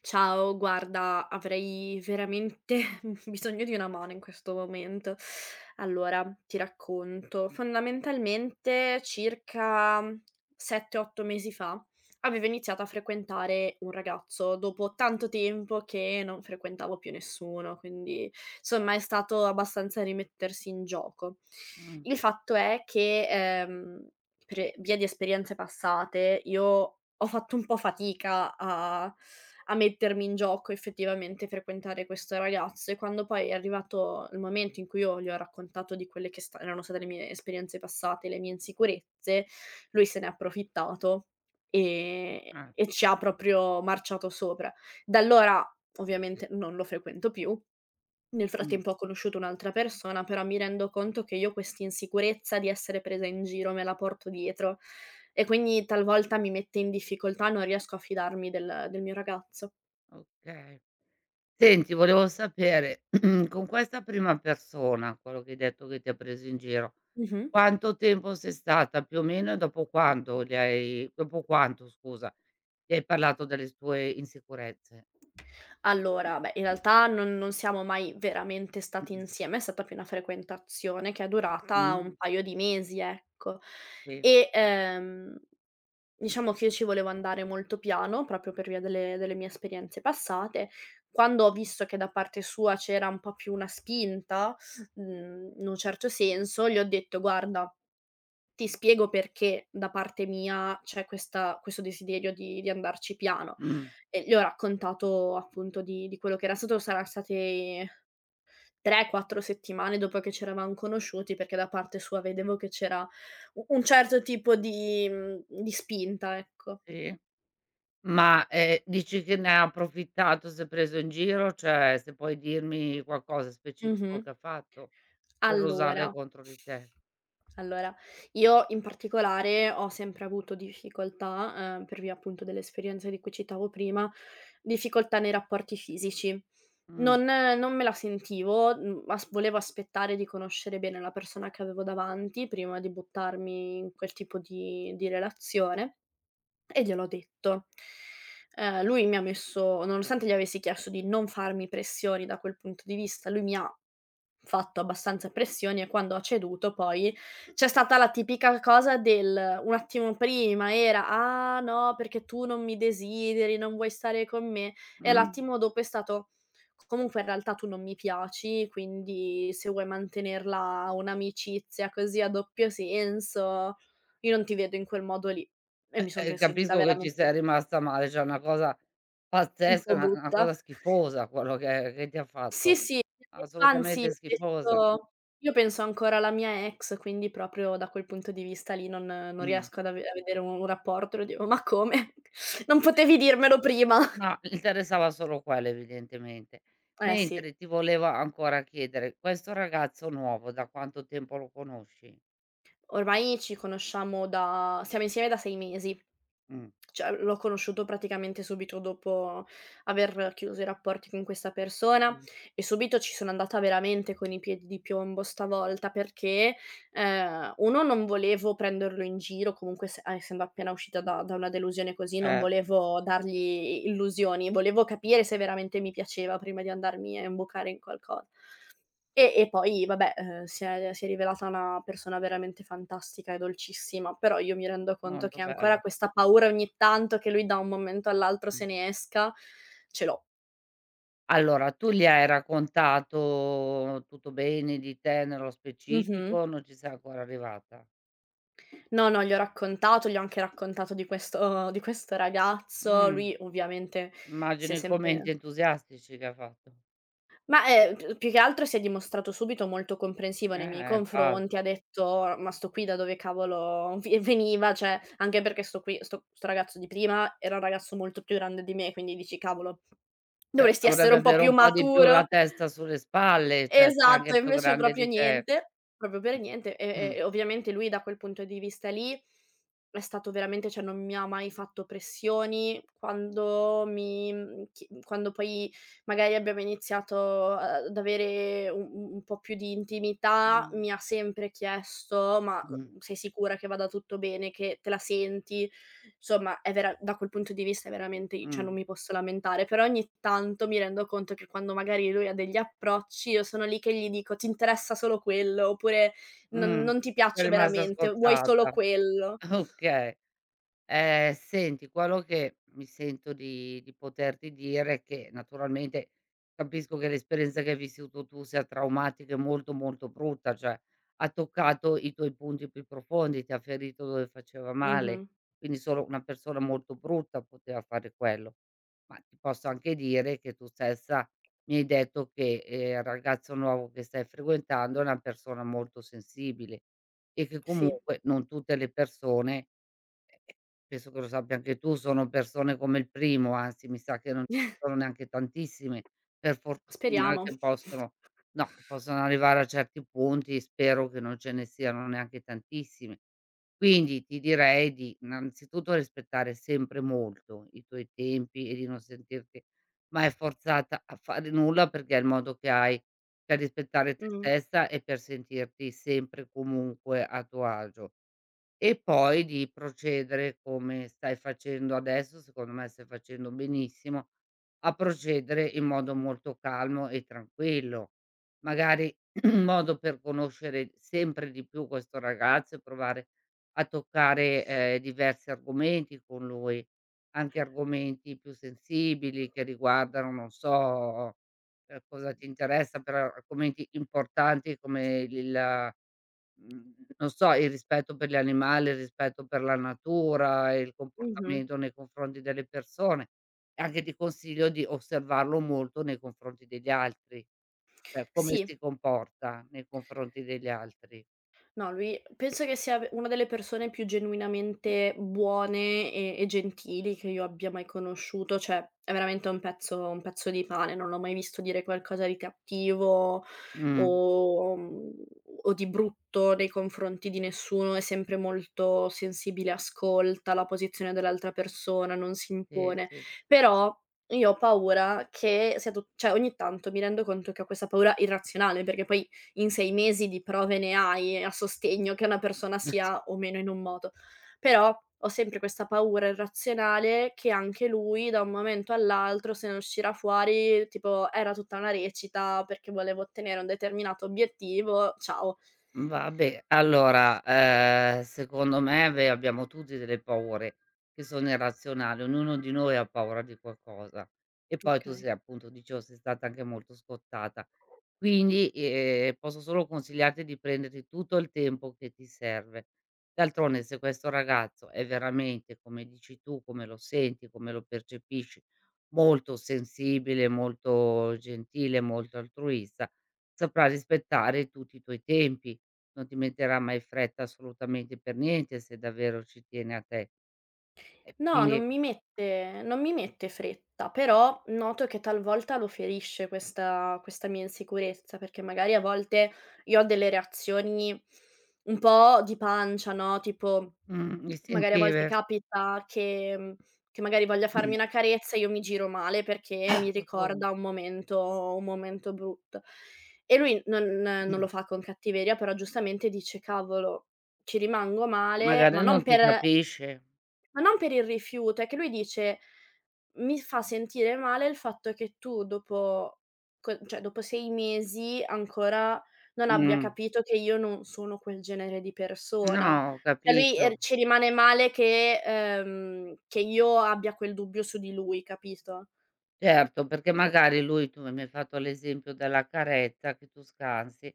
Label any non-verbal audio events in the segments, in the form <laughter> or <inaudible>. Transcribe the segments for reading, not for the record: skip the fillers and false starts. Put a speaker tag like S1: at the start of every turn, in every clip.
S1: Ciao, guarda, avrei veramente <laughs> bisogno di una mano in questo momento. Allora, ti racconto. Fondamentalmente, circa 7-8 mesi fa, avevo iniziato a frequentare un ragazzo dopo tanto tempo che non frequentavo più nessuno, quindi insomma è stato abbastanza rimettersi in gioco.
S2: Mh,
S1: Il fatto è che, per via di esperienze passate, io ho fatto un po' fatica a mettermi in gioco effettivamente, frequentare questo ragazzo. E quando poi è arrivato il momento in cui io gli ho raccontato di quelle che sta erano state le mie esperienze passate, le mie insicurezze, lui se n'è approfittato, ehm,
S2: eh,
S1: e ci ha proprio marciato sopra. Da allora ovviamente non lo frequento più. Nel
S2: mh,
S1: frattempo ho conosciuto un'altra persona, però mi rendo conto che io questa insicurezza di essere presa in giro me la porto dietro, e quindi talvolta mi mette in difficoltà, non riesco a fidarmi del mio ragazzo.
S2: okay. Senti, volevo sapere <clears throat> con questa prima persona, quello che hai detto che ti ha preso in giro,
S1: Mh-mh.
S2: quanto tempo sei stata più o meno e dopo quanto scusa, gli hai parlato delle tue insicurezze?
S1: Allora, beh, in realtà non siamo mai veramente stati
S2: <clears throat>
S1: insieme, è stata più una frequentazione che è durata un
S2: Mh,
S1: paio di mesi, ecco.
S2: sì,
S1: E, ehm Diciamo che io ci volevo andare molto piano, proprio per via delle mie esperienze passate. Quando ho visto che da parte sua c'era un po' più una spinta, in un certo senso, gli ho detto: "Guarda, ti spiego perché da parte mia c'è questa questo desiderio di andarci piano".
S2: mh,
S1: E gli ho raccontato appunto di quello che era stato. Saran state 3, 4 settimane dopo che c'eravam conosciuti, perché da parte sua vedevo che c'era u un certo tipo di di spinta, ecco.
S2: sì. Ma, dici che ne ha approfittato, s'è preso in giro, cioè se puoi dirmi qualcosa specifico
S1: Mh-mh.
S2: che ha fatto per usarle
S1: Allora,
S2: contro di te.
S1: allora, io in particolare ho sempre avuto difficoltà, per via appunto dell'esperienza di cui citavo prima, difficoltà nei rapporti fisici.
S2: Mh,
S1: Non me la sentivo, mhmm, as volevo aspettare di conoscere bene la persona che avevo davanti prima di buttarmi in quel tipo di relazione, e gliel'ho detto. Lui mi ha messo Nonostante gli avessi chiesto di non farmi pressioni da quel punto di vista, lui mi ha fatto abbastanza pressioni, e quando ha ceduto poi c'è stata la tipica cosa del un attimo prima era: "Ah, no, perché tu non mi desideri, non vuoi stare con me", e
S2: mh.
S1: l'attimo dopo è stato: "Comunque, in realtà tu non mi piaci, quindi se vuoi mantenerla un'amicizia così a doppio senso, io non ti vedo in quel modo lì". E mi son fe sentita
S2: Capisco che ci
S1: veramente
S2: sia rimasta male, cioè è una cosa
S1: un
S2: pazzesca,
S1: po'
S2: una
S1: brutta.
S2: cosa schifosa quello che ti ha
S1: Sì,
S2: fatto,
S1: sì, anzi
S2: assolutamente schifosa.
S1: penso, io penso ancora alla mia ex, quindi proprio da quel punto di vista lì non
S2: Mh.
S1: riesco ad ave a vedere un rapporto, lo dico: "Ma come? <laughs> Non potevi dirmelo prima".
S2: No, interessava solo quello evidentemente.
S1: Eh sì,
S2: Mentre ti volevo ancora chiedere, questo ragazzo nuovo da quanto tempo lo conosci?
S1: ormai ci conosciamo da siamo insieme da 6 mesi.
S2: Mh.
S1: Cioè, l'ho conosciuto praticamente subito dopo aver chiuso i rapporti con questa persona,
S2: Mh.
S1: e subito ci sono andata veramente con i piedi di piombo stavolta perché, 1, non volevo prenderlo in giro, comunque essendo appena uscita da una delusione così, non
S2: Eh,
S1: volevo dargli illusioni, volevo capire se veramente mi piaceva prima di andarmi a imbucare in qualcosa. E poi vabbè, si è rivelata una persona veramente fantastica e dolcissima, però io mi rendo conto
S2: molto
S1: che ancora
S2: bello.
S1: questa paura ogni tanto che lui da un momento all'altro
S2: Mh.
S1: se ne esca, ce l'ho.
S2: Allora, tu gli hai raccontato tutto bene di te nello specifico,
S1: Mh-mh.
S2: o non ci sei ancora arrivata?
S1: No, no, gli ho raccontato, gli ho anche raccontato di questo ragazzo.
S2: Mh.
S1: Lui ovviamente si è
S2: Immagino i commenti
S1: sempre
S2: entusiastici che ha fatto.
S1: Ma, più che altro si è dimostrato subito molto comprensivo nei miei confronti,
S2: Infatti.
S1: ha detto: "Ma sto qui da dove cavolo vi veniva?". Cioè, anche perché sto qui sto sto ragazzo di prima era un ragazzo molto più grande di me, quindi dici: "Cavolo,
S2: Cioè,
S1: dovresti essere
S2: dovrebbe
S1: un po'
S2: avere
S1: più
S2: un po' di più la
S1: maturo".
S2: testa sulle spalle, cioè sei
S1: Esatto,
S2: anche
S1: e
S2: più
S1: invece
S2: grande
S1: proprio
S2: di te.
S1: niente, proprio per niente.
S2: Mh.
S1: E ovviamente lui da quel punto di vista lì è stato veramente, cioè, non mi ha mai fatto pressioni. Quando mi mhmm, chi quando poi magari abbiamo iniziato a ad avere u u un po' più di intimità,
S2: Mh.
S1: mi ha sempre chiesto: "Ma,
S2: Mh.
S1: sei sicura che vada tutto bene, che te la senti?". Somma è vera, da quel punto di vista è veramente, cioè,
S2: Mh.
S1: non mi posso lamentare, però ogni tanto mi rendo conto che quando magari lui ha degli approcci, io sono lì che gli dico: "Ti interessa solo quello", oppure: "Non
S2: Mh.
S1: non ti
S2: Sei
S1: piaccio
S2: rimasta
S1: veramente, vuoi solo
S2: scottata.
S1: quello".
S2: Okay. Senti, quello che mi sento di poterti dire è che naturalmente capisco che l'esperienza che hai vissuto tu sia traumatica e molto, molto brutta, cioè ha toccato i tuoi punti più profondi, ti ha ferito dove faceva male,
S1: Mh-mh.
S2: quindi solo una persona molto brutta poteva fare quello. Ma ti posso anche dire che tu stessa mi hai detto che, il ragazzo nuovo che stai frequentando è una persona molto sensibile e che
S1: Sì.
S2: comunque non tutte le persone. Penso che lo sappia anche tu, sono persone come il primo, anzi mi sa che non ci sono
S1: <laughs>
S2: neanche tantissime, per fortuna,
S1: Speriamo.
S2: che possono no, che possono arrivare a certi punti, spero che non ce ne siano neanche tantissime. Quindi ti direi di innanzitutto rispettare sempre molto i tuoi tempi e di non sentirti mai forzata a fare nulla, perché è il modo che hai per rispettare te
S1: Mh.
S2: stessa e per sentirti sempre e comunque a tuo agio. E poi di procedere come stai facendo adesso, secondo me stai facendo benissimo, a procedere in modo molto calmo e tranquillo. Magari <clears throat> un modo per conoscere sempre di più questo ragazzo e provare a toccare, diversi argomenti con lui, anche argomenti più sensibili che riguardano, non so. Cosa ti interessa per argomenti importanti come il non so, il rispetto per gli animali, il rispetto per la natura, il
S1: Mh-mh.
S2: comportamento nei confronti delle persone. E anche ti consiglio di osservarlo molto nei confronti degli altri, cioè come
S1: Sì.
S2: si comporta nei confronti degli altri.
S1: No, lui penso che sia v una delle persone più genuinamente buone e gentili che io abbia mai conosciuto, cioè è veramente un pezzo di pane, non l'ho mai visto dire qualcosa di cattivo
S2: Mh.
S1: o mhmm, o di brutto nei confronti di nessuno, è sempre molto sensibile, ascolta la posizione dell'altra persona, non si
S2: Sì,
S1: impone.
S2: sì.
S1: Però io ho paura che sia tut cioè ogni tanto mi rendo conto che ho questa paura irrazionale, perché poi in 6 mesi di prove ne hai a sostegno che una persona sia
S2: <laughs>
S1: o meno in un modo. Però ho sempre questa paura irrazionale che anche lui da un momento all'altro se ne uscirà fuori tipo: "Era tutta una recita perché volevo ottenere un determinato obiettivo, ciao".
S2: Vabbè, allora, secondo me, beh, abbiamo tutti delle paure che sono irrazionali, ognuno di noi ha paura di qualcosa. E poi tu
S1: Okay.
S2: sei appunto, dicevo, sei stata anche molto scottata. Quindi, posso solo consigliarti di prenderti tutto il tempo che ti serve. D'altronde se questo ragazzo è veramente, come dici tu, come lo senti, come lo percepisci, molto sensibile, molto gentile, molto altruista, saprà rispettare tutti i tuoi tempi, non ti metterà mai fretta assolutamente per niente se davvero ci tiene a te. E
S1: No,
S2: quindi
S1: non mi mette fretta, però noto che talvolta lo ferisce questa mia insicurezza, perché magari a volte io ho delle reazioni un po' di pancia, no, tipo
S2: mhmm,
S1: magari a
S2: istintive.
S1: volte capita che magari voglia farmi una
S2: <clears throat>
S1: carezza e io mi giro male perché mi ricorda un momento brutto. E lui non lo fa con cattiveria, però giustamente dice: "Cavolo, ci rimango male",
S2: Magari
S1: ma
S2: non
S1: non
S2: ti
S1: per
S2: capisce.
S1: ma non per il rifiuto, è che lui dice: "Mi fa sentire male il fatto che tu dopo co cioè dopo 6 mesi ancora non abbia
S2: Mh.
S1: capito che io non sono quel genere di
S2: No,
S1: persona".
S2: ho
S1: Cioè lui,
S2: capito.
S1: ci rimane male che io abbia quel dubbio su di lui, capito?
S2: Certo, perché magari lui tu mi hai fatto l'esempio della carezza che tu scansi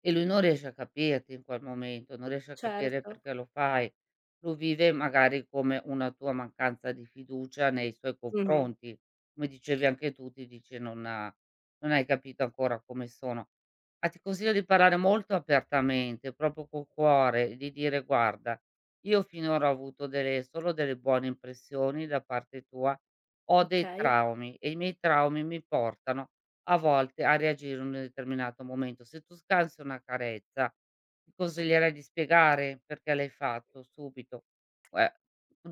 S2: e lui non riesce a capirti in quel momento, non riesce a capire
S1: Certo.
S2: perché lo fai. Lo vive magari come una tua mancanza di fiducia nei suoi
S1: Mh-mh.
S2: confronti. Come dicevi anche tu, ti dice: "Non ha non hai capito ancora come sono". Ah, ti consiglio di parlare molto apertamente, proprio col cuore, e di dire: "Guarda, io finora ho avuto delle solo delle buone impressioni da parte tua. Ho dei
S1: Okay.
S2: traumi e i miei traumi mi portano a volte a reagire in un determinato momento. Se tu scansi una carezza, ti consiglierei di spiegare perché l'hai fatto subito, uhm,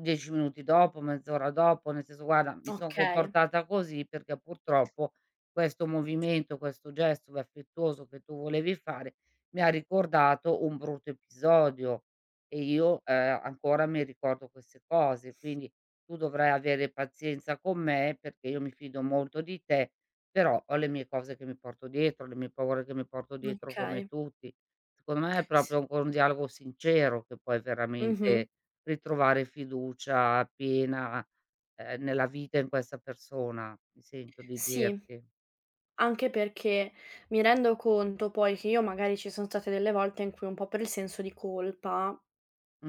S2: 10 minuti dopo, mezz'ora dopo, nel senso: "Guarda, mi son
S1: Okay.
S2: comportata così perché purtroppo questo movimento, questo gesto affettuoso che tu volevi fare mi ha ricordato un brutto episodio e io, ancora mi ricordo queste cose, quindi tu dovrai avere pazienza con me perché io mi fido molto di te, però ho le mie cose che mi porto dietro, le mie paure che mi porto dietro come
S1: Okay.
S2: tutti." Secondo me è proprio
S1: S
S2: un, con un dialogo sincero che puoi
S1: Mh-mh.
S2: veramente ritrovare fiducia piena, nella vita e in questa persona, mi sento di
S1: Sì.
S2: dirti.
S1: Anche perché mi rendo conto poi che io magari ci sono state delle volte in cui un po' per il senso di colpa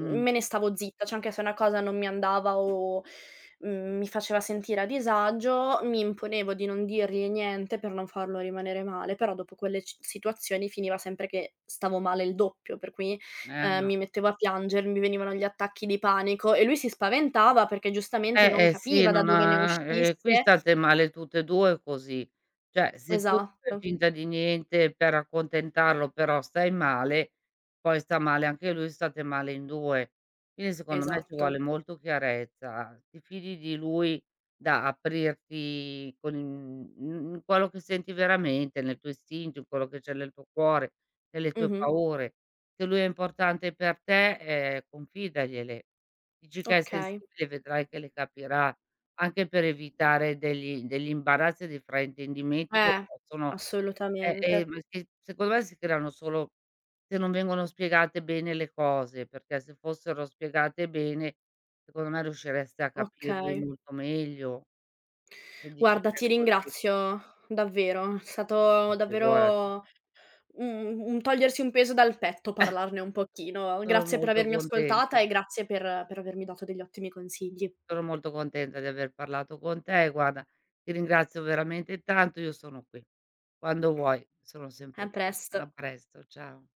S1: me ne stavo zitta, cioè anche se una cosa non mi andava o, mi faceva sentire a disagio, mi imponevo di non dirgli niente per non farlo rimanere male, però dopo quelle c situazioni finiva sempre che stavo male il doppio, per cui,
S2: eh no.
S1: mi mettevo a piangere, mi venivano gli attacchi di panico e lui si spaventava perché giustamente non
S2: Sì,
S1: capiva da
S2: non
S1: dove ne
S2: ha qui
S1: uscisse.
S2: state male tutte e 2 così. Cioè, se tu fai
S1: Esatto,
S2: finta di niente per accontentarlo, però stai male, poi sta male anche lui, state male in 2. Quindi secondo me ci
S1: esatto.
S2: vuole molto chiarezza. Ti fidi di lui da aprirti con in quello che senti veramente, nel tuo istinto, in quello che c'è nel tuo cuore, nelle tue
S1: Mh-mh.
S2: paure. Se lui è importante per te, confidagliele. Dici che è
S1: Okay.
S2: sensibile, vedrai che le capirà, anche per evitare degli imbarazzi e dei fraintendimenti che
S1: Eh,
S2: possono
S1: assolutamente.
S2: perché secondo me si creano solo se non vengono spiegate bene le cose, perché se fossero spiegate bene, secondo me riuscireste a capirvi
S1: Okay.
S2: molto meglio. Se dici
S1: Guarda,
S2: che è
S1: ti
S2: così,
S1: ringrazio davvero. È
S2: ma
S1: stato
S2: figurati.
S1: davvero un togliersi un peso dal petto parlarne un pochino.
S2: Sono
S1: Grazie per
S2: molto
S1: avermi
S2: contenta.
S1: ascoltata e grazie per avermi dato degli ottimi consigli.
S2: Sono molto contenta di aver parlato con te. Guarda, ti ringrazio veramente tanto. Io sono qui. Quando vuoi sono
S1: A
S2: sempre qui.
S1: presto.
S2: A presto, ciao.